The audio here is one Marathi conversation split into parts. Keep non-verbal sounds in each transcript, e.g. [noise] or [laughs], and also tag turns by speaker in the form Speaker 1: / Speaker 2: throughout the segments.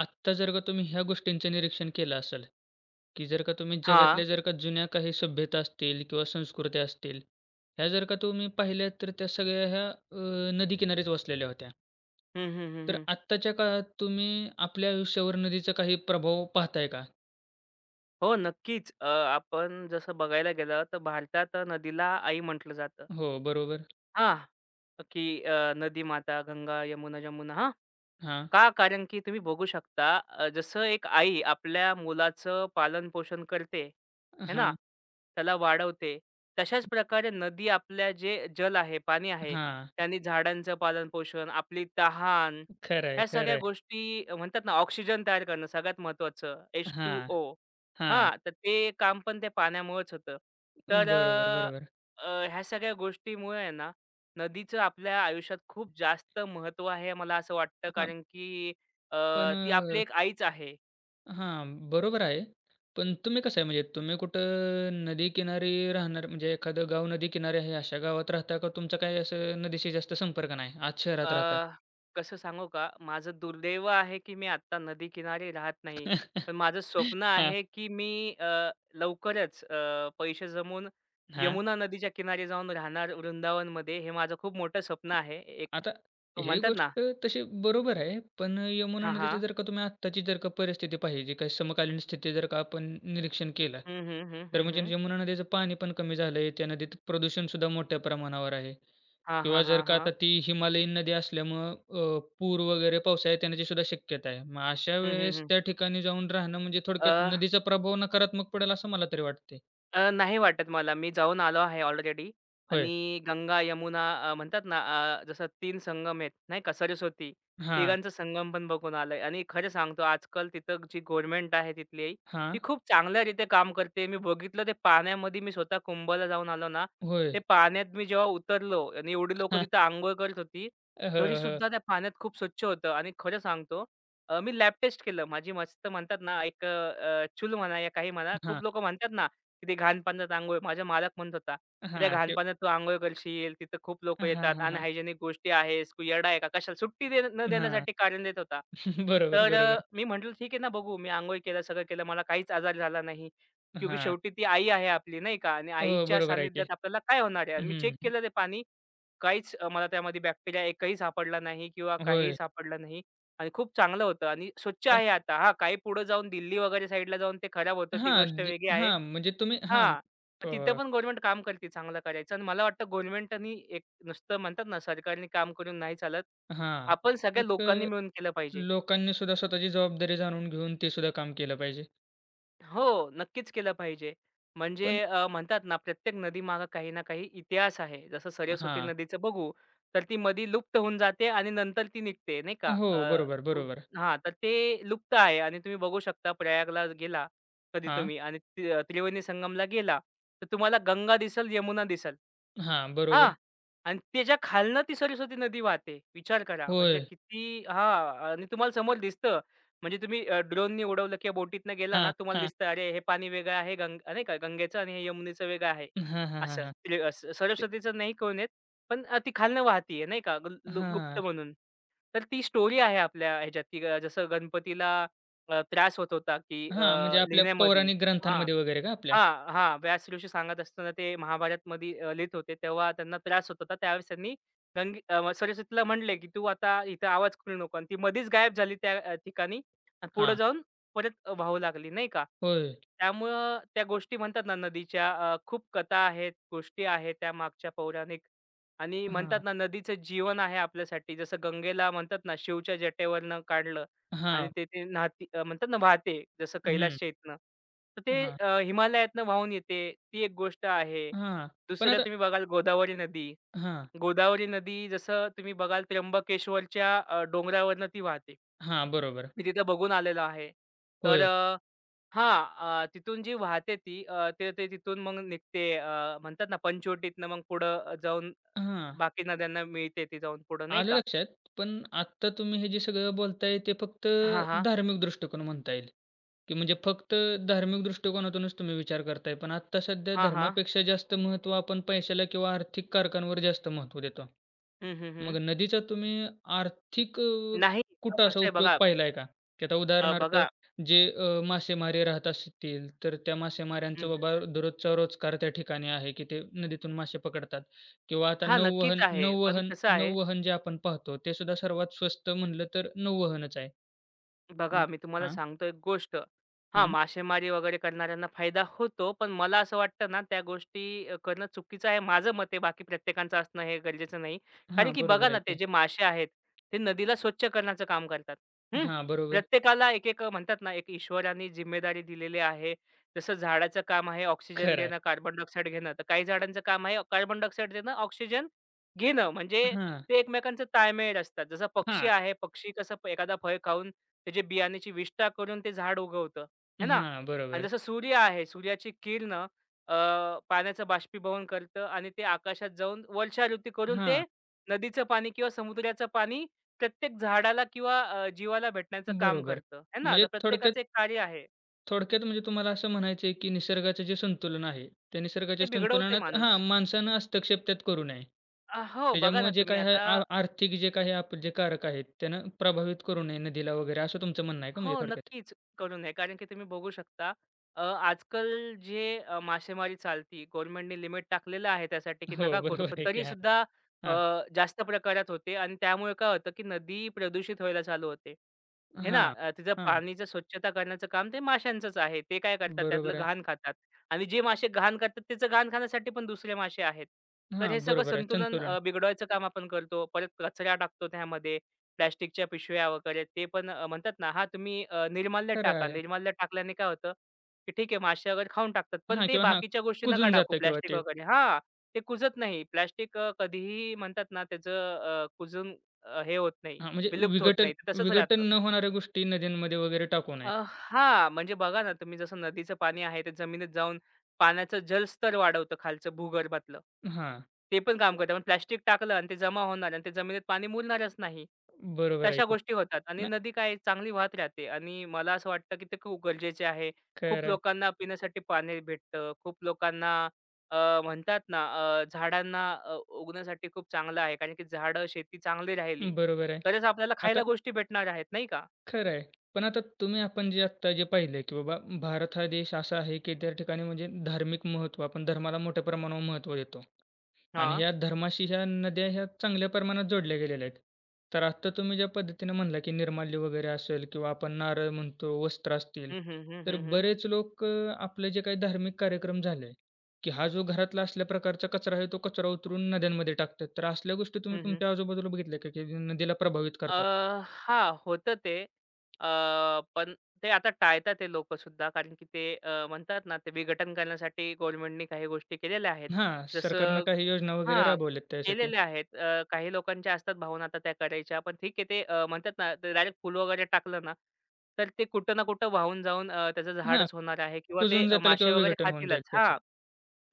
Speaker 1: आत्ता जर का तुम्ही ह्या गोष्टींचं निरीक्षण केलं असेल, की जर का तुम्ही
Speaker 2: हां.
Speaker 1: जगातल्या जर का जुन्या काही सभ्यता असतील किंवा संस्कृत्या असतील, ह्या जर का तुम्ही पाहिल्यात तर त्या सगळ्या ह्या नदीकिनारीच वसलेल्या होत्या.
Speaker 2: हं, हं, हं,
Speaker 1: तर
Speaker 2: हं.
Speaker 1: आत्ताच्या काळात तुम्ही आपल्या आयुष्यावर नदीचा काही प्रभाव पाहताय का?
Speaker 2: हो, नक्कीच. आपण जसं बघायला गेलं तर भारतात नदीला आई म्हटलं जातं.
Speaker 1: हो, बरोबर.
Speaker 2: हां, की नदी माता गंगा, यमुना, जमुना हां,
Speaker 1: हां,
Speaker 2: का? कारण की तुम्ही बघू शकता जसं एक आई आपल्या मुलाचं पालनपोषण करते, है ना?
Speaker 1: हां,
Speaker 2: त्याला वाढवते. तशाच प्रकारे नदी आपल्या जे जल आहे, पाणी आहे,
Speaker 1: हां.
Speaker 2: त्याने झाडांचं पालनपोषण, आपली तहान,
Speaker 1: खरं आहे,
Speaker 2: ह्या
Speaker 1: खरं
Speaker 2: सगळ्या
Speaker 1: आहे.
Speaker 2: गोष्टी म्हणतात ना, ऑक्सिजन तयार करणं सगळ्यात महत्त्वाचं
Speaker 1: हां,
Speaker 2: H2O
Speaker 1: हां.
Speaker 2: हां, तर ते काम पण त्या पाण्यामुळेच होतं. तर
Speaker 1: बरोबर,
Speaker 2: अ,
Speaker 1: बरोबर.
Speaker 2: अ, ह्या सगळ्या गोष्टीमुळे आहे ना नदीचं आपल्या आयुष्यात खूप जास्त महत्त्व आहे मला असं वाटतं
Speaker 1: हां,
Speaker 2: कारण की अ,
Speaker 1: पण
Speaker 2: ती आपली
Speaker 1: अ
Speaker 2: एक आईच आहे.
Speaker 1: हां, बरोबर आहे. पण तुम्ही कसं आहे म्हणजे तुम्ही कुठं नदीकिनारी राहणार म्हणजे एखादं गाव नदी किनारी आहे अशा गावात राहता का तुमचा काही असं नदीशी जास्त संपर्क नाही? आत शहरात राहता?
Speaker 2: अ, कसं सांगू का? माझं दुर्दैव आहे की मी आत्ता नदीकिनारी राहत नाही.
Speaker 1: [laughs]
Speaker 2: पण माझं स्वप्न
Speaker 1: हां,
Speaker 2: आहे की मी अ, लवकरच पैसे जमवून
Speaker 1: हां.
Speaker 2: यमुना नदीच्या किनारी जाऊन राहणार वृंदावनमध्ये. हे माझं खूप मोठं स्वप्न आहे. एक
Speaker 1: आता हे
Speaker 2: म्हणतात ना
Speaker 1: गोष्ट तशी बरोबर आहे. पण यमुना
Speaker 2: हां,
Speaker 1: नदीची
Speaker 2: हां.
Speaker 1: जर का तुम्ही आत्ताची जर का परिस्थिती पाहिली, काही समकालीन स्थिती जर का आपण निरीक्षण केलं,
Speaker 2: हं, हं, हं,
Speaker 1: तर
Speaker 2: हं,
Speaker 1: म्हणजे
Speaker 2: हं.
Speaker 1: यमुना नदीचं पाणी पण कमी झालंय. त्या नदीत प्रदूषणसुद्धा मोठ्या प्रमाणावर आहे
Speaker 2: हां, हां,
Speaker 1: किंवा
Speaker 2: हां,
Speaker 1: जर का आता
Speaker 2: हां.
Speaker 1: ती हिमालयीन नदी असल्यामुळं पूर वगैरे पावसाळ्यात येण्याचीसुद्धा शक्यता आहे. मग अशा
Speaker 2: हं, हं,
Speaker 1: वेळेस
Speaker 2: हं.
Speaker 1: त्या ठिकाणी जाऊन राहणं म्हणजे थोडक्यात नदीचा प्रभाव नकारात्मक पडेल असं मला तरी वाटतंय.
Speaker 2: नाही वाटत मला. मी जाऊन आलो आहे ऑलरेडी
Speaker 1: होय.
Speaker 2: आणि गंगा, यमुना म्हणतात ना जसं 3 संगम आहेत, नाही का, सरस्वती.
Speaker 1: हां,
Speaker 2: तिघांचा संगम पण बघून आलोय आणि खरं सांगतो आजकाल तिथं जी गव्हर्नमेंट आहे तिथली,
Speaker 1: हां.
Speaker 2: ती खूप चांगल्यारीत्या काम करते. मी बघितलं ते पाण्यामध्ये मी स्वतः कुंभला जाऊन आलो ना,
Speaker 1: होय.
Speaker 2: ते पाण्यात मी जेव्हा उतरलो आणि एवढी लोकं तिथं
Speaker 1: [laughs]
Speaker 2: अंघोळ करत होती,
Speaker 1: हां. हो,
Speaker 2: तरीसुद्धा
Speaker 1: हो.
Speaker 2: त्या पाण्यात खूप स्वच्छ होतं आणि खरं सांगतो मी लॅब टेस्ट केलं. माझी मस्त म्हणतात ना एक चूल म्हणा या काही म्हणा, खूप
Speaker 1: हां,
Speaker 2: लोकं म्हणतात ना, तिथे घाण पाण्यात अंघोळ माझा मालक म्हणत होता, "तिथे घाण पाण्यात तू अंघोळ करशील, तिथं खूप लोकं
Speaker 1: हां,
Speaker 2: येतात,
Speaker 1: हां, हां.
Speaker 2: अनहायजेनिक गोष्टी आहेस, तू येडा आहे का? कशाला?" सुट्टी दे न
Speaker 1: हां.
Speaker 2: देण्यासाठी कारण देत होता.
Speaker 1: [laughs] बरोबर,
Speaker 2: तर
Speaker 1: बरोबर.
Speaker 2: मी म्हटलं, "ठीक आहे ना, बघू." मी अंघोळ केलं, सगळं केलं. मला काहीच आजार झाला नाही. क्योंकि
Speaker 1: हां.
Speaker 2: शेवटी ती आई आहे आपली, नाही का? आणि
Speaker 1: हो,
Speaker 2: आईच्या
Speaker 1: बरोबर आहे की.
Speaker 2: सानिध्यात आपल्याला काय होणार आहे? आणि मी चेक
Speaker 1: हं.
Speaker 2: केलं ते पाणी. काहीच मला त्यामध्ये बॅक्टेरिया एकही सापडला नाही किंवा काहीही
Speaker 1: होय.
Speaker 2: सापडलं नाही आणि खूप चांगलं होतं आणि स्वच्छ
Speaker 1: पण
Speaker 2: आहे आता. हां, काही पुढे जाऊन दिल्ली वगैरे साईडला जाऊन ते खराब होतं, ती गोष्ट
Speaker 1: हां, जे
Speaker 2: वेगळी आहे.
Speaker 1: हां, म्हणजे तुम्ही हां,
Speaker 2: हां.
Speaker 1: प
Speaker 2: तिथं पण गव्हर्नमेंट काम करते चांगलं करायचं आणि मला वाटतं गव्हर्नमेंटनी एक नुसतं म्हणतात ना सरकारने काम करून नाही चालत.
Speaker 1: हां.
Speaker 2: आपण सगळ्या
Speaker 1: एक
Speaker 2: लोकांनी
Speaker 1: अ,
Speaker 2: मिळून केलं पाहिजे.
Speaker 1: लोकांनी सुद्धा स्वतःची जबाबदारी जाणून घेऊन ते सुद्धा काम केलं पाहिजे.
Speaker 2: हो, नक्कीच केलं पाहिजे. म्हणजे
Speaker 1: पण
Speaker 2: म्हणतात ना, प्रत्येक नदीमागे काही ना काही इतिहास आहे. जसं सरस्वती
Speaker 1: हां.
Speaker 2: नदीचं बघू, तर ती नदी लुप्त होऊन जाते आणि नंतर ती निघते नाही का?
Speaker 1: हो,
Speaker 2: अ,
Speaker 1: बरोबर,
Speaker 2: उ
Speaker 1: बरोबर.
Speaker 2: हां, तर ते लुप्त आहे आणि तुम्ही बघू शकता प्रयागला गेला कधी
Speaker 1: हां.
Speaker 2: तुम्ही आणि त्रिवेणी संगमला गेला, तर तुम्हाला गंगा दिसेल, यमुना दिसेल.
Speaker 1: हां, बरोबर.
Speaker 2: हां. आणि त्याच्या खालनं ती सरस्वती नदी वाहते. विचार करा म्हणजे
Speaker 1: होय.
Speaker 2: किती हां आणि तुम्हाला समोर दिसतं म्हणजे तुम्ही ड्रोननी उडवलं किंवा बोटीतनं गेला ना,
Speaker 1: हां,
Speaker 2: तुम्हाला
Speaker 1: हां.
Speaker 2: दिसतं, अरे, हे पाणी वेगळं आहे, नाही का गंगेचं आणि हे यमुनेचं वेगळं आहे.
Speaker 1: हां, हां, हां,
Speaker 2: असं
Speaker 1: हां.
Speaker 2: ते
Speaker 1: ते
Speaker 2: सरस्वतीचं नाही कळून येत, पण ती खालनं वाहतीये नाही का गु लु गुप्त
Speaker 1: हां.
Speaker 2: म्हणून. तर ती स्टोरी आहे आपल्या ह्याच्यात, की जसं गणपतीला त्रास होत होता, की
Speaker 1: हां, म्हणजे आपल्या
Speaker 2: लिहिण्यामध्ये
Speaker 1: पौराणिक
Speaker 2: हां.
Speaker 1: ग्रंथांमध्ये वगैरे का आपल्या?
Speaker 2: हां, हां. व्यास ऋषी सांगत असताना ते महाभारतमध्ये लिहीत होते, तेव्हा त्यांना त्रास होत होता. त्यावेळेस त्यांनी सरस्वतीला म्हणले, की "तू आता इथं आवाज करू नको" आणि ती मधीच गायब झाली त्या ठिकाणी आणि पुढे
Speaker 1: हां.
Speaker 2: जाऊन परत वाहू लागली, नाही का?
Speaker 1: होय.
Speaker 2: त्यामुळं त्या गोष्टी म्हणतात ना, नदीच्या खूप कथा आहेत, गोष्टी आहेत त्यामागच्या पौराणिक आणि म्हणतात
Speaker 1: हां.
Speaker 2: ना, नदीचं जीवन आहे आपल्यासाठी. जसं गंगेला म्हणतात ना, शिवच्या जटेवरनं काढलं आणि
Speaker 1: हां.
Speaker 2: ते ते न्हाती म्हणतात ना वाहते जसं
Speaker 1: हं.
Speaker 2: कैलासच्या इथनं. तर ते
Speaker 1: हां.
Speaker 2: हिमालयातनं वाहून येते ती एक गोष्ट आहे.
Speaker 1: हां. पण
Speaker 2: दुसरं
Speaker 1: आता
Speaker 2: तुम्ही बघाल गोदावरी नदी.
Speaker 1: हां.
Speaker 2: गोदावरी नदी जसं तुम्ही बघाल त्र्यंबकेश्वरच्या डोंगरावरनं ती वाहते.
Speaker 1: हां, बरोबर.
Speaker 2: मी तिथं बघून आलेलो आहे. तर
Speaker 1: होय.
Speaker 2: हां, तिथून जी वाहते ती अ, ते ते तिथून मग निघते म्हणतात ना पंचवटीतनं मग पुढं जाऊन
Speaker 1: हां,
Speaker 2: बाकी नद्यांना मिळते ती जाऊन पुढं नाही
Speaker 1: आलं
Speaker 2: का.
Speaker 1: लक्षात. पण आत्ता तुम्ही हे जे सगळं बोलताय ते फक्त
Speaker 2: हां, हां.
Speaker 1: धार्मिक दृष्टिकोन म्हणता येईल, की म्हणजे फक्त धार्मिक दृष्टिकोनातूनच तुम्ही विचार करताय. पण आत्ता सध्या
Speaker 2: हां, हां.
Speaker 1: धर्मापेक्षा जास्त महत्त्व आपण पैशाला किंवा आर्थिक कारकांवर जास्त महत्त्व देतो.
Speaker 2: हं, हं, हं.
Speaker 1: मग नदीचा तुम्ही आर्थिक अ,
Speaker 2: नाही,
Speaker 1: कुठं असा
Speaker 2: कसं आहे
Speaker 1: उपयोग
Speaker 2: बघा
Speaker 1: पाहिलाय का? की आता
Speaker 2: अ,
Speaker 1: उदाहरणार्थ
Speaker 2: बघा
Speaker 1: जे मासेमारी राहत असतील, तर त्या
Speaker 2: हं,
Speaker 1: मासेमाऱ्यांचा
Speaker 2: हं,
Speaker 1: बाबा
Speaker 2: हं.
Speaker 1: दररोजचा रोजगार त्या ठिकाणी आहे, की ते नदीतून मासे पकडतात किंवा आता
Speaker 2: हां, नक्कीच
Speaker 1: नौवहन
Speaker 2: आहे. पण
Speaker 1: नौवहन
Speaker 2: कसं आहे,
Speaker 1: नौवहन जे आपण पाहतो, ते सुद्धा सर्वात स्वस्त म्हटलं तर नौवहनच आहे.
Speaker 2: बघा,
Speaker 1: मग
Speaker 2: मी तुम्हाला
Speaker 1: हां,
Speaker 2: सांगतो एक गोष्ट. हां,
Speaker 1: हं.
Speaker 2: मासेमारी वगैरे करणाऱ्यांना फायदा होतो. पण मला असं वाटतं ना, त्या गोष्टी करणं चुकीचं आहे. माझं मत आहे, बाकी प्रत्येकाचं असणं हे गरजेचं नाही. कारण
Speaker 1: हां,
Speaker 2: की बघा
Speaker 1: बरोबर
Speaker 2: ना,
Speaker 1: आहे
Speaker 2: ते
Speaker 1: की.
Speaker 2: जे मासे आहेत, ते नदीला स्वच्छ करण्याचं काम करतात. हं.
Speaker 1: हां, बरोबर.
Speaker 2: प्रत्येकाला एक-एक म्हणतात ना, एक ईश्वराने जिम्मेदारी दिलेली आहे. जसं झाडाचं काम आहे ऑक्सिजन
Speaker 1: खरं आहे.
Speaker 2: देणं, कार्बन डायऑक्साईड घेणं. तर काही झाडांचं काम आहे कार्बन डायऑक्साईड देणं, ऑक्सिजन घेणं. म्हणजे
Speaker 1: हां,
Speaker 2: ते एकमेकांचं ताळमेळ असतात. जसा पक्षी
Speaker 1: हां,
Speaker 2: आहे, पक्षी कसं एखादा फळ खाऊन त्याची बियाण्याची विष्ठा करून ते झाड उगवतं, है ना?
Speaker 1: हां,
Speaker 2: आणि
Speaker 1: बरोबर.
Speaker 2: जसं सूर्य आहे, सूर्याची किरण अ, पाण्याचं बाष्पीभवन करतं आणि ते आकाशात जाऊन वर्षाऋतू करून ते
Speaker 1: हां.
Speaker 2: नदीचं पाणी किंवा समुद्राचं पाणी प्रत्येक झाडाला किंवा जीवाला भेटण्याचं काम
Speaker 1: बरोबर.
Speaker 2: करतं, है ना?
Speaker 1: म्हणजे
Speaker 2: तर
Speaker 1: थोडक्यात
Speaker 2: प्रत्येकाचं एक कार्य आहे.
Speaker 1: थोडक्यात म्हणजे तुम्हाला असं म्हणायचं आहे, की निसर्गाचं जे संतुलन आहे, त्या
Speaker 2: ते
Speaker 1: निसर्गाच्या
Speaker 2: बिघडवते
Speaker 1: संतुलनात हां,
Speaker 2: माणूस.
Speaker 1: माणसानं हस्तक्षेप त्यात करू नये.
Speaker 2: हो, बघा ना
Speaker 1: त्याच्यामुळे जे
Speaker 2: तुम्ही
Speaker 1: काही आहे
Speaker 2: आता
Speaker 1: आर्थिक जे काही जे कारक आहेत, त्यानं प्रभावित करू नये नदीला वगैरे असं तुमचं म्हणणं आहे का म्हणजे
Speaker 2: हो,
Speaker 1: थोडक्यात?
Speaker 2: नक्कीच करून नये. कारण की तुम्ही बघू शकता आजकाल जे मासेमारी चालती गव्हर्नमेंटने लिमिट टाकलेलं आहे त्यासाठी, की
Speaker 1: हो,
Speaker 2: नका
Speaker 1: [laughs] बरोबर
Speaker 2: करू. पण
Speaker 1: आहे की. हां,
Speaker 2: तरीसुद्धा अ,
Speaker 1: हां.
Speaker 2: जास्त प्रकारात होते आणि त्यामुळे काय होतं, की नदी प्रदूषित व्हायला चालू होते. हे ना,
Speaker 1: हां,
Speaker 2: तिचं
Speaker 1: हां.
Speaker 2: पाणीचं स्वच्छता करण्याचं काम ते माशांचंच आहे. ते काय करतात त्यातलं
Speaker 1: बरोबर आहे.
Speaker 2: घाण खातात आणि जे मासे घाण करतात त्याचं घाण खाण्यासाठी पण दुसरे मासे आहेत. तर
Speaker 1: हां,
Speaker 2: हे सगळं
Speaker 1: बरोबर आहे.
Speaker 2: संतुलन
Speaker 1: संतुलन.
Speaker 2: बिघडवायचं काम आपण करतो. परत कचरा टाकतो त्यामध्ये. प्लास्टिकच्या पिशव्या वगैरे ते पण म्हणतात ना, हां, तुम्ही निर्माल्य
Speaker 1: खरं
Speaker 2: टाका.
Speaker 1: आहे.
Speaker 2: निर्माल्य टाकल्याने काय होतं, की ठीक आहे मासे वगैरे खाऊन टाकतात. पण
Speaker 1: हां
Speaker 2: ते
Speaker 1: किंवा हां,
Speaker 2: बाकीच्या गोष्टी नका
Speaker 1: कुजून
Speaker 2: टाकू
Speaker 1: जातं किंवा
Speaker 2: प्लास्टिक
Speaker 1: ते
Speaker 2: वगैरे हां, ते कुजत नाही. प्लास्टिक कधीही म्हणतात ना त्याचं हे होत नाही,
Speaker 1: हां, म्हणजे
Speaker 2: विलुप्त होत
Speaker 1: विघटन
Speaker 2: नाही. ते तसंच
Speaker 1: विघटन
Speaker 2: राहतं.
Speaker 1: न होणाऱ्या गोष्टी नद्यांमध्ये वगैरे टाकू नये.
Speaker 2: हां, म्हणजे बघा ना, तुम्ही जसं नदीचं पाणी आहे ते जमिनीत जाऊन पाण्याचं जलस्तर वाढवतं खालचं भूगर्भातलं.
Speaker 1: हां.
Speaker 2: ते पण काम करतं. पण प्लास्टिक टाकलं आणि ते जमा होणार आणि ते जमिनीत पाणी मुरणारच नाही.
Speaker 1: बरोबर आहे
Speaker 2: तशा
Speaker 1: की.
Speaker 2: गोष्टी होतात आणि
Speaker 1: नाही
Speaker 2: नदी काय चांगली वाहत राहते आणि मला असं वाटतं, की ते खूप गरजेचे आहे. खूप
Speaker 1: खरं आहे.
Speaker 2: लोकांना पिण्यासाठी पाणी भेटतं. खूप लोकांना अ, म्हणतात ना अ, झाडांना उगण्यासाठी खूप चांगलं आहे. कारण की झाडं, शेती चांगली राहिली
Speaker 1: बरोबर आहे.
Speaker 2: तरच आपल्याला
Speaker 1: आता
Speaker 2: खायला गोष्टी भेटणार आहेत, नाही का?
Speaker 1: खरं आहे. पण आता तुम्ही आपण जे आत्ता जे पाहिलं की बाबा भारत हा देश असा आहे की त्या ठिकाणी म्हणजे धार्मिक महत्त्व आपण धर्माला मोठ्या प्रमाणावर महत्त्व देतो. आणि
Speaker 2: हां.
Speaker 1: ह्या धर्माशी ह्या नद्या ह्या चांगल्या प्रमाणात जोडल्या गेलेल्या आहेत. तर आत्ता तुम्ही ज्या पद्धतीने म्हणला, की निर्माल्य वगैरे असेल किंवा आपण नारळ म्हणतो, वस्त्र असतील.
Speaker 2: हं, हं, हं,
Speaker 1: तर
Speaker 2: हं, हं.
Speaker 1: बरेच लोक आपले जे काही धार्मिक कार्यक्रम झाले, की हा जो घरातला असल्या प्रकारचा कचरा आहे, तो कचरा उतरून नद्यांमध्ये टाकतात. तर असल्या गोष्टी तुम्ही
Speaker 2: हं, हं.
Speaker 1: तुमच्या आजूबाजूला बघितल्या का, की नदीला प्रभावित
Speaker 2: अ,
Speaker 1: करतात?
Speaker 2: हां, होतं ते. पण ते आता टाळतात ते लोकंसुद्धा कारण की ते म्हणतात ना, ते विघटन करण्यासाठी गव्हर्नमेंटनी काही गोष्टी केलेल्या आहेत.
Speaker 1: हां, सरकारनं
Speaker 2: जसं
Speaker 1: काही योजना वगैरे
Speaker 2: हां,
Speaker 1: राबवल्यात त्यासाठी.
Speaker 2: केलेल्या आहेत. काही लोकांच्या असतात भावना आता त्या करायच्या. पण ठीक आहे ते म्हणतात ना, ते डायरेक्ट फुल वगैरे टाकलं ना, तर ते कुठं ना कुठं वाहून जाऊन त्याचं
Speaker 1: हां,
Speaker 2: झाडच होणार आहे किंवा ते
Speaker 1: कुजून जाताल
Speaker 2: मासे
Speaker 1: किंवा
Speaker 2: वगैरे
Speaker 1: विघटन होऊन
Speaker 2: खातीलच.
Speaker 1: जाईल त्याचं.
Speaker 2: हां.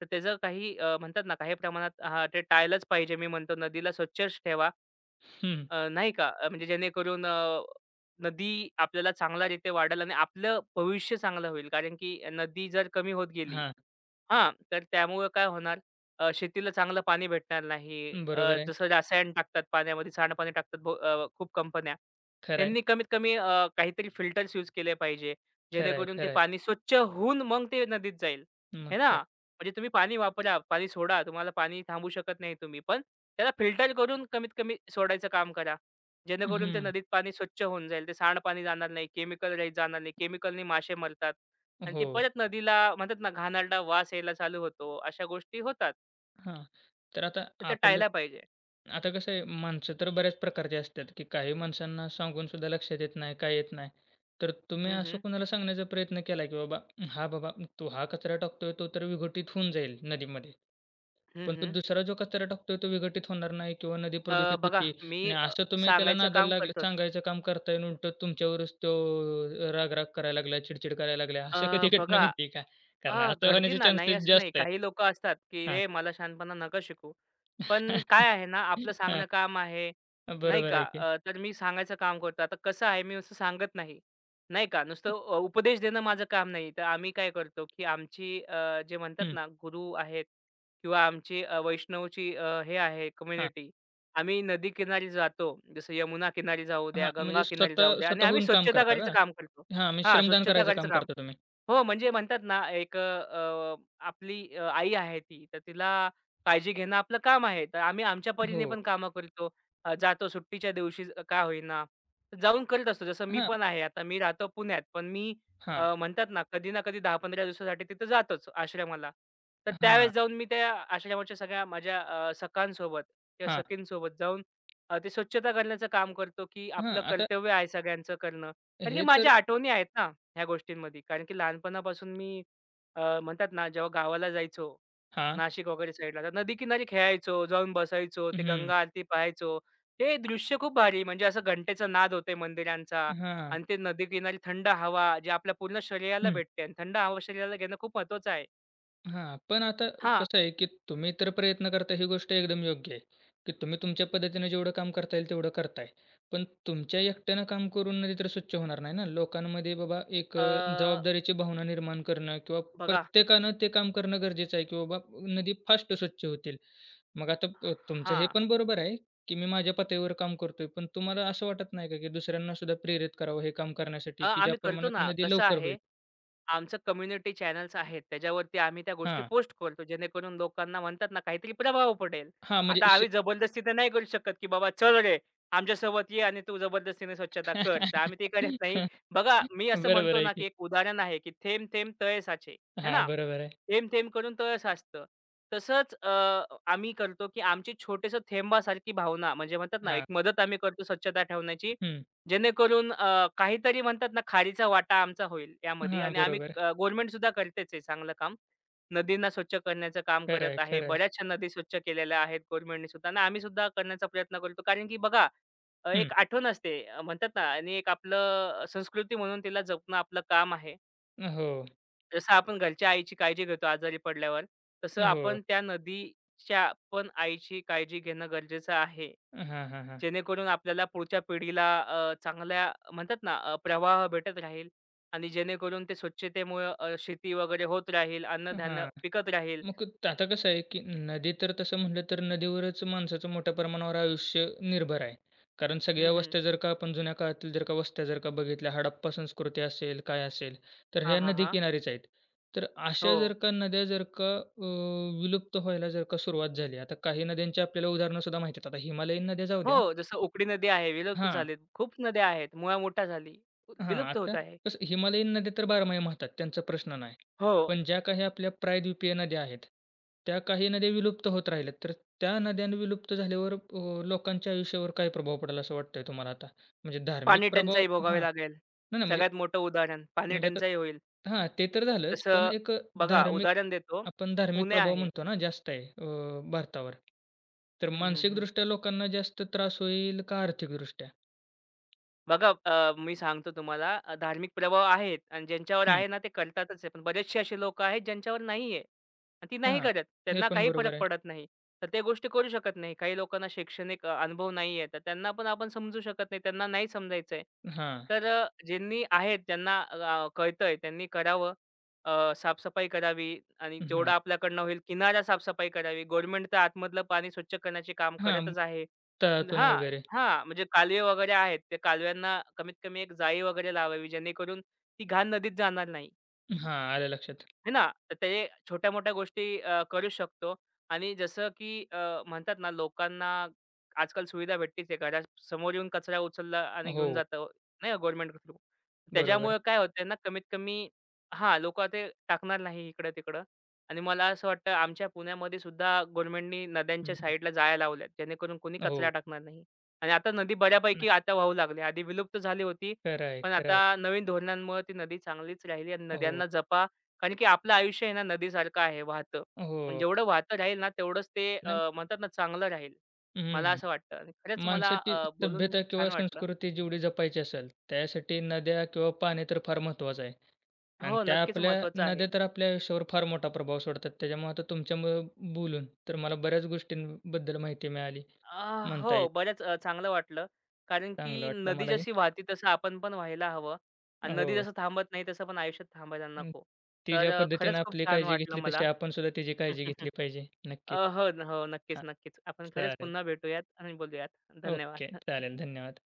Speaker 2: तर त्याचं काही म्हणतात ना, काही प्रमाणात हां, ते टाळलंच पाहिजे. मी म्हणतो नदीला स्वच्छच ठेवा.
Speaker 1: हं,
Speaker 2: नाही का? म्हणजे जेणेकरून नदी आपल्याला चांगल्यारीत्या वाढेल आणि आपलं भविष्य चांगलं होईल. कारण की नदी जर कमी होत गेली
Speaker 1: हां,
Speaker 2: हां, तर त्यामुळं काय होणार शेतीला चांगलं पाणी भेटणार नाही.
Speaker 1: बरोबर आहे.
Speaker 2: जसं रसायन टाकतात पाण्यामध्ये, सांडपाणी टाकतात खूप कंपन्या.
Speaker 1: खरं आहे,
Speaker 2: त्यांनी कमीत कमी काहीतरी फिल्टर्स यूज केले पाहिजे.
Speaker 1: खरं आहे,
Speaker 2: जेणेकरून ते
Speaker 1: खरं आहे.
Speaker 2: पाणी स्वच्छ होऊन मग ते नदीत जाईल. हे
Speaker 1: मग
Speaker 2: ना?
Speaker 1: काय.
Speaker 2: म्हणजे तुम्ही पाणी वापरा, पाणी सोडा. तुम्हाला पाणी थांबवू शकत नाही तुम्ही. पण त्याला फिल्टर करून कमीत कमी सोडायचं काम करा. जेणेकरून ते
Speaker 1: हं.
Speaker 2: नदीत पाणी स्वच्छ होऊन जाईल. ते सांडपाणी जाणार नाही, केमिकल रहित जाणार नाही. केमिकलनी मासे मरतात आणि ते
Speaker 1: हो,
Speaker 2: परत नदीला म्हणतात ना घाणेरडा वास यायला चालू होतो. अशा गोष्टी होतात.
Speaker 1: हां. तर आता
Speaker 2: तर ते
Speaker 1: आपलं
Speaker 2: टाळायला पाहिजे.
Speaker 1: आता कसं आहे, माणसं तर बऱ्याच प्रकारची असतात, की काही माणसांना सांगून सुद्धा लक्षात येत नाही, काय येत नाही. तर तुम्ही
Speaker 2: हं,
Speaker 1: असं
Speaker 2: हं.
Speaker 1: कोणाला सांगण्याचा प्रयत्न केला, की बाबा, "हां बाबा, तू हा कचरा टाकतोय तो तर विघटित होऊन जाईल नदीमध्ये.
Speaker 2: हं,
Speaker 1: पण तो
Speaker 2: हं.
Speaker 1: दुसरा जो कचरा टाकतोय तो विघटित होणार नाही किंवा नदी
Speaker 2: अ,
Speaker 1: प्रदूषित
Speaker 2: बघा
Speaker 1: होती."
Speaker 2: मी
Speaker 1: आणि
Speaker 2: अ,
Speaker 1: असं तुम्ही त्याला
Speaker 2: सांगायचं
Speaker 1: नादाला
Speaker 2: काम
Speaker 1: लागलं
Speaker 2: करतोच.
Speaker 1: सांगायचं काम करताय आणि उलटं तुमच्यावरच तो राग-राग करायला लागला, चिडचिड करायला लागला.
Speaker 2: अ,
Speaker 1: असं कधी घटना
Speaker 2: बघा
Speaker 1: घडली का? कारण असं
Speaker 2: घडती
Speaker 1: होण्याचे
Speaker 2: ना. नाही
Speaker 1: चान्सेस
Speaker 2: असं नाही.
Speaker 1: जास्त आहेत.
Speaker 2: काही लोकं असतात, की "रे, मला शहाणपणा नका शिकवू." पण
Speaker 1: हां.
Speaker 2: काय आहे ना, आपलं
Speaker 1: हां,
Speaker 2: सांगणं काम आहे, नाही
Speaker 1: बरोबर
Speaker 2: का?
Speaker 1: आहे की.
Speaker 2: तर मी सांगायचं काम करतो. आता कसं आहे, मी नुसतं सांगत नाही, नाही का? नुसतं उपदेश देणं माझं काम नाही. तर आम्ही काय करतो, की आमची जे म्हणतात
Speaker 1: हं,
Speaker 2: ना, गुरु आहेत किंवा आमची वैष्णवची हे आहे
Speaker 1: हां,
Speaker 2: कम्युनिटी. आम्ही नदीकिनारी जातो. जसं यमुना किनारी जाऊ द्या,
Speaker 1: हां. म्हणजे
Speaker 2: गंगा किनारी जाऊ
Speaker 1: स्वतः
Speaker 2: द्या आणि आम्ही
Speaker 1: स्वतःहून काम
Speaker 2: स्वच्छता
Speaker 1: करता
Speaker 2: करायचं
Speaker 1: का?
Speaker 2: काम करतो.
Speaker 1: हां, म्हणजे
Speaker 2: हां,
Speaker 1: श्रमदान
Speaker 2: स्वच्छता
Speaker 1: करायचं
Speaker 2: करायचं
Speaker 1: काम
Speaker 2: काम.
Speaker 1: करता तुम्ही.
Speaker 2: हो, म्हणजे म्हणतात ना एक अ, अ, आपली आई आहे ती, तर तिला काळजी घेणं आपलं काम आहे. तर आम्ही आमच्या परीने
Speaker 1: हो.
Speaker 2: पण कामं करतो. जातो सुट्टीच्या दिवशी का होईना, तर जाऊन करत असतो. जसं मी
Speaker 1: हां,
Speaker 2: पण आहे आता मी राहतो पुण्यात, पण मी
Speaker 1: हां,
Speaker 2: म्हणतात ना कधी ना कधी 10-15 दिवसासाठी तिथं जातोच आश्रमाला. तर
Speaker 1: हां,
Speaker 2: त्यावेळेस जाऊन मी त्या आश्रमाच्या सगळ्या माझ्या सखांसोबत किंवा
Speaker 1: हां,
Speaker 2: सखींसोबत जाऊन ते स्वच्छता करण्याचं काम करतो, की
Speaker 1: हां.
Speaker 2: आपलं
Speaker 1: आता
Speaker 2: कर्तव्य आहे सगळ्यांचं करणं. कारण की
Speaker 1: हे तर
Speaker 2: माझ्या आठवणी आहेत ना. ह्या गोष्टींमध्ये. कारण की लहानपणापासून मी म्हणतात ना, जेव्हा गावाला जायचो,
Speaker 1: हां.
Speaker 2: नाशिक वगैरे साईडला, तर नदीकिनारी खेळायचो, जाऊन बसायचो, ते
Speaker 1: हं.
Speaker 2: गंगा आरती पाहायचो. ते दृश्य खूप भारी म्हणजे असं घंटेचा नाद होते मंदिरांचा
Speaker 1: हां,
Speaker 2: आणि ते नदीकिनारी थंड हवा जी आपल्या पूर्ण शरीराला
Speaker 1: हं.
Speaker 2: भेटते आणि थंड हवा शरीराला घेणं खूप महत्वाचं आहे.
Speaker 1: हां, पण आता
Speaker 2: हां,
Speaker 1: कसं आहे, की तुम्ही तर प्रयत्न करताय ही गोष्ट एकदम योग्य आहे, की तुम्ही तुमच्या पद्धतीनं जेवढं काम करता येईल तेवढं करताय. पण तुमच्या एकट्यानं काम करून नदी तर स्वच्छ होणार नाही ना. लोकांमध्ये बाबा
Speaker 2: अ,
Speaker 1: जबाबदारीची भावना निर्माण करणं किंवा
Speaker 2: बघा
Speaker 1: प्रत्येकानं ते काम करणं गरजेचं आहे, की बाबा नदी फास्ट स्वच्छ होतील. मग आता तुमचं हे
Speaker 2: हां,
Speaker 1: पण बरोबर आहे, की मी माझ्या पातळीवर काम करतोय. पण तुम्हाला असं वाटत नाही का, की दुसऱ्यांना सुद्धा प्रेरित करावं हे काम
Speaker 2: अ,
Speaker 1: करण्यासाठी, की ज्या
Speaker 2: आम्ही करतो
Speaker 1: प्रमाणात
Speaker 2: ना.
Speaker 1: नदी
Speaker 2: कसं
Speaker 1: लवकर
Speaker 2: आहे,
Speaker 1: होईल?
Speaker 2: आमचं कम्युनिटी चॅनल्स आहेत. त्याच्यावरती आम्ही त्या गोष्टी
Speaker 1: हां,
Speaker 2: पोस्ट करतो. जेणेकरून लोकांना म्हणतात ना, काहीतरी प्रभाव पडेल.
Speaker 1: हां,
Speaker 2: आता
Speaker 1: म्हणजे श
Speaker 2: आम्ही जबरदस्ती तर नाही करू शकत, की बाबा चल रे, आमच्यासोबत ये आणि तू जबरदस्तीने स्वच्छता कर. तर आम्ही ते करत नाही.
Speaker 1: [laughs]
Speaker 2: बघा मी असं
Speaker 1: बरोबर
Speaker 2: म्हणतो
Speaker 1: आहे
Speaker 2: ना,
Speaker 1: की.
Speaker 2: की एक उदाहरण आहे, की थेंब थेंब तळे साचे. है
Speaker 1: हां,
Speaker 2: ना?
Speaker 1: बरोबर आहे.
Speaker 2: थेंब थेंब करून तळ साचतं. तसंच आम्ही करतो, की आमची छोटेसं थेंबासारखी भावना म्हणजे म्हणतात ना, एक
Speaker 1: हां.
Speaker 2: मदत आम्ही करतो स्वच्छता ठेवण्याची.
Speaker 1: हं.
Speaker 2: जेणेकरून काहीतरी म्हणतात ना, खारीचा वाटा आमचा होईल यामध्ये
Speaker 1: हां,
Speaker 2: आणि
Speaker 1: बरोबर.
Speaker 2: गव्हर्नमेंट सुद्धा करतेच आहे चांगलं काम. नदींना स्वच्छ करण्याचं काम
Speaker 1: खरं
Speaker 2: करत
Speaker 1: आहे,
Speaker 2: आहे.
Speaker 1: खरं आहे.
Speaker 2: बऱ्याचशा नदी स्वच्छ केलेल्या आहेत गव्हर्नमेंटने सुद्धा आणि आम्ही सुद्धा करण्याचा प्रयत्न करतो. कारण की बघा
Speaker 1: हं.
Speaker 2: एक आठवण असते म्हणतात ना आणि एक आपलं संस्कृती म्हणून तिला जपणं आपलं काम आहे.
Speaker 1: हो,
Speaker 2: जसं आपण घरच्या आईची काळजी घेतो आजारी पडल्यावर, तसं
Speaker 1: हो.
Speaker 2: आपण त्या नदीच्या पण आईची काळजी घेणं गरजेचं आहे.
Speaker 1: हां, हां, हां.
Speaker 2: जेणेकरून आपल्याला पुढच्या पिढीला चांगल्या म्हणतात ना प्रवाह भेटत राहील आणि जेणेकरून ते स्वच्छतेमुळं शेती वगैरे होत राहील, अन्नधान्य
Speaker 1: हां.
Speaker 2: पिकत राहील.
Speaker 1: मग आता कसं आहे, की नदी तर तसं म्हटलं तर नदीवरच माणसाचं मोठ्या प्रमाणावर आयुष्य निर्भर आहे. कारण सगळ्या
Speaker 2: हं, हं.
Speaker 1: वस्त्या जर का आपण जुन्या काळातील जर का वस्त्या जर का बघितल्या, हडप्पा संस्कृती असेल, काय असेल, तर
Speaker 2: हां,
Speaker 1: ह्या
Speaker 2: हां, हां.
Speaker 1: नदीकिनारीच आहेत. तर अशा
Speaker 2: हो.
Speaker 1: जर का नद्या जर का विलुप्त व्हायला जर का सुरुवात झाली. आता काही नद्यांची आपल्याला उदाहरणं सुद्धा माहिती आहेत. आता हिमालयीन नद्या जाऊ
Speaker 2: हो,
Speaker 1: द्या
Speaker 2: जसं उकडी नदी आहे, विलुप्त
Speaker 1: हां.
Speaker 2: झालीत. खूप नद्या आहेत, मुळा मोठा झाली,
Speaker 1: हां,
Speaker 2: विलुप्त
Speaker 1: आता
Speaker 2: होत आहे.
Speaker 1: कसं हिमालयीन नद्या तर बारमाही वाहतात, त्यांचा प्रश्न नाही.
Speaker 2: हो,
Speaker 1: पण ज्या काही आपल्या प्रायद्वीपीय नद्या आहेत, त्या काही नद्या विलुप्त होत राहिल्यात. तर त्या नद्या विलुप्त झाल्यावर लोकांच्या आयुष्यावर काय प्रभाव पडेल असं वाटतंय तुम्हाला आता? म्हणजे धार्मिक
Speaker 2: पाणी
Speaker 1: प्रभाव
Speaker 2: टंचाई
Speaker 1: हां.
Speaker 2: भोगावी लागेल.
Speaker 1: नाही, नाही म्हणजे
Speaker 2: सगळ्यात मोठं उदाहरण पाणी
Speaker 1: म्हणजे आता
Speaker 2: टंचाई होईल.
Speaker 1: हां, ते तर झालंच. पण
Speaker 2: तसं बघा
Speaker 1: धार्मिक
Speaker 2: उदाहरण देतो,
Speaker 1: आपण धार्मिक
Speaker 2: पुणे
Speaker 1: प्रभाव
Speaker 2: आहे.
Speaker 1: म्हणतो ना जास्त आहे भारतावर. तर
Speaker 2: हं, हं, हं.
Speaker 1: मानसिकदृष्ट्या लोकांना जास्त त्रास होईल का आर्थिकदृष्ट्या?
Speaker 2: बघा मी सांगतो तुम्हाला धार्मिक प्रभाव आहेत आणि ज्यांच्यावर
Speaker 1: हं,
Speaker 2: आहे ना ते करतातच आहे. पण बरेचसे असे लोक आहेत ज्यांच्यावर नाही आहे आणि ती नाही
Speaker 1: हां.
Speaker 2: करत.
Speaker 1: हे
Speaker 2: त्यांना
Speaker 1: पण
Speaker 2: काही फरक
Speaker 1: बरोबर आहे.
Speaker 2: पडत नाही. तर ते गोष्टी करू शकत नाही. काही लोकांना शैक्षणिक अनुभव नाही आहे. तर त्यांना पण आपण समजू शकत नाही. त्यांना नाही समजायचं
Speaker 1: हां,
Speaker 2: तर ज्यांनी आहेत त्यांना कळतंय त्यांनी करावं. साफसफाई करावी आणि जेवढं
Speaker 1: हं.
Speaker 2: आपल्याकडनं होईल किनारा साफसफाई करावी. गव्हर्नमेंट तर आतमधलं पाणी स्वच्छ करण्याचे काम
Speaker 1: हां,
Speaker 2: करतच आहे.
Speaker 1: तळातून
Speaker 2: हां,
Speaker 1: वगैरे.
Speaker 2: हां, म्हणजे कालवे वगैरे आहेत. त्या कालव्यांना कमीत कमी एक जाळी वगैरे लावावी जेणेकरून ती घाण नदीत जाणार नाही.
Speaker 1: हां, आलं लक्षात.
Speaker 2: आहे ना, तर ते छोट्या-मोठ्या गोष्टी करू शकतो आणि जसं की म्हणतात ना, लोकांना आजकाल सुविधा भेटतीच आहे. घरासमोर येऊन कचरा उचलला आणि घेऊन
Speaker 1: हो,
Speaker 2: जातं, नाही का, गव्हर्नमेंट थ्रू.
Speaker 1: बरोबर.
Speaker 2: त्याच्यामुळे काय होतंय ना, कमीत कमी हां, लोकं ते टाकणार नाही इकडं-तिकडं आणि मला असं वाटतं, आमच्या पुण्यामध्ये सुद्धा गव्हर्नमेंटनी नद्यांच्या
Speaker 1: हं,
Speaker 2: साईडला जाळ्या लावल्यात, जेणेकरून कोणी कचरा
Speaker 1: हो.
Speaker 2: टाकणार नाही. आणि आता नदी
Speaker 1: नाही,
Speaker 2: बऱ्यापैकी आता वाहू लागली. आधी विलुप्त झाली होती,
Speaker 1: खरं आहे,
Speaker 2: पण
Speaker 1: खरं
Speaker 2: आता
Speaker 1: आहे.
Speaker 2: नवीन धोरणांमुळे ती नदी चांगलीच राहिली आणि
Speaker 1: हो,
Speaker 2: नद्यांना जपा कारण की आपलं आयुष्य आहे ना नदीसारखं आहे वाहतं. पण
Speaker 1: हो.
Speaker 2: जेवढं वाहतं राहील ना तेवढंच ते
Speaker 1: नाही
Speaker 2: अ, म्हणतात ना चांगलं राहील. मला
Speaker 1: हं.
Speaker 2: असं वाटतं आणि खरंच मला
Speaker 1: माणसाची
Speaker 2: अ, बोलून
Speaker 1: सभ्यता किंवा
Speaker 2: छान वाटलं.
Speaker 1: संस्कृती जेवढी जपायची असेल, त्यासाठी नद्या किंवा पाणी तर फार महत्त्वाचं आहे. आणि
Speaker 2: हो,
Speaker 1: त्या
Speaker 2: नक्कीच
Speaker 1: आपल्या
Speaker 2: महत्वाचं आहे.
Speaker 1: नद्या तर आपल्या आयुष्यावर फार मोठा प्रभाव सोडतात. त्याच्यामुळे आता तुमच्यामुळे बोलून तर मला बऱ्याच गोष्टींबद्दल माहिती मिळाली
Speaker 2: अ,
Speaker 1: म्हणता येईल.
Speaker 2: हो, बरंच चांगलं वाटलं. कारण की
Speaker 1: चांगलं वाटलं
Speaker 2: नदी
Speaker 1: मलाही.
Speaker 2: जशी वाहती तसं आपण पण व्हायला हवं आणि नदी
Speaker 1: हो.
Speaker 2: जसं थांबत नाही तसं पण आयुष्यात थांबायला
Speaker 1: अं,
Speaker 2: नको.
Speaker 1: ती
Speaker 2: तर
Speaker 1: ज्या पद्धतीनं
Speaker 2: खरंच खूप
Speaker 1: आपली
Speaker 2: छान
Speaker 1: काळजी
Speaker 2: वाटलं
Speaker 1: घेतली,
Speaker 2: मला.
Speaker 1: तशी आपण सुद्धा तिची काळजी घेतली
Speaker 2: [laughs]
Speaker 1: पाहिजे. नक्कीच.
Speaker 2: हो, हो. नक्कीच,
Speaker 1: हां,
Speaker 2: नक्कीच. आपण खरंच
Speaker 1: चालेल.
Speaker 2: पुन्हा भेटूयात आणि बोलूयात. धन्यवाद.
Speaker 1: ओके. चालेल.
Speaker 2: [laughs]
Speaker 1: धन्यवाद.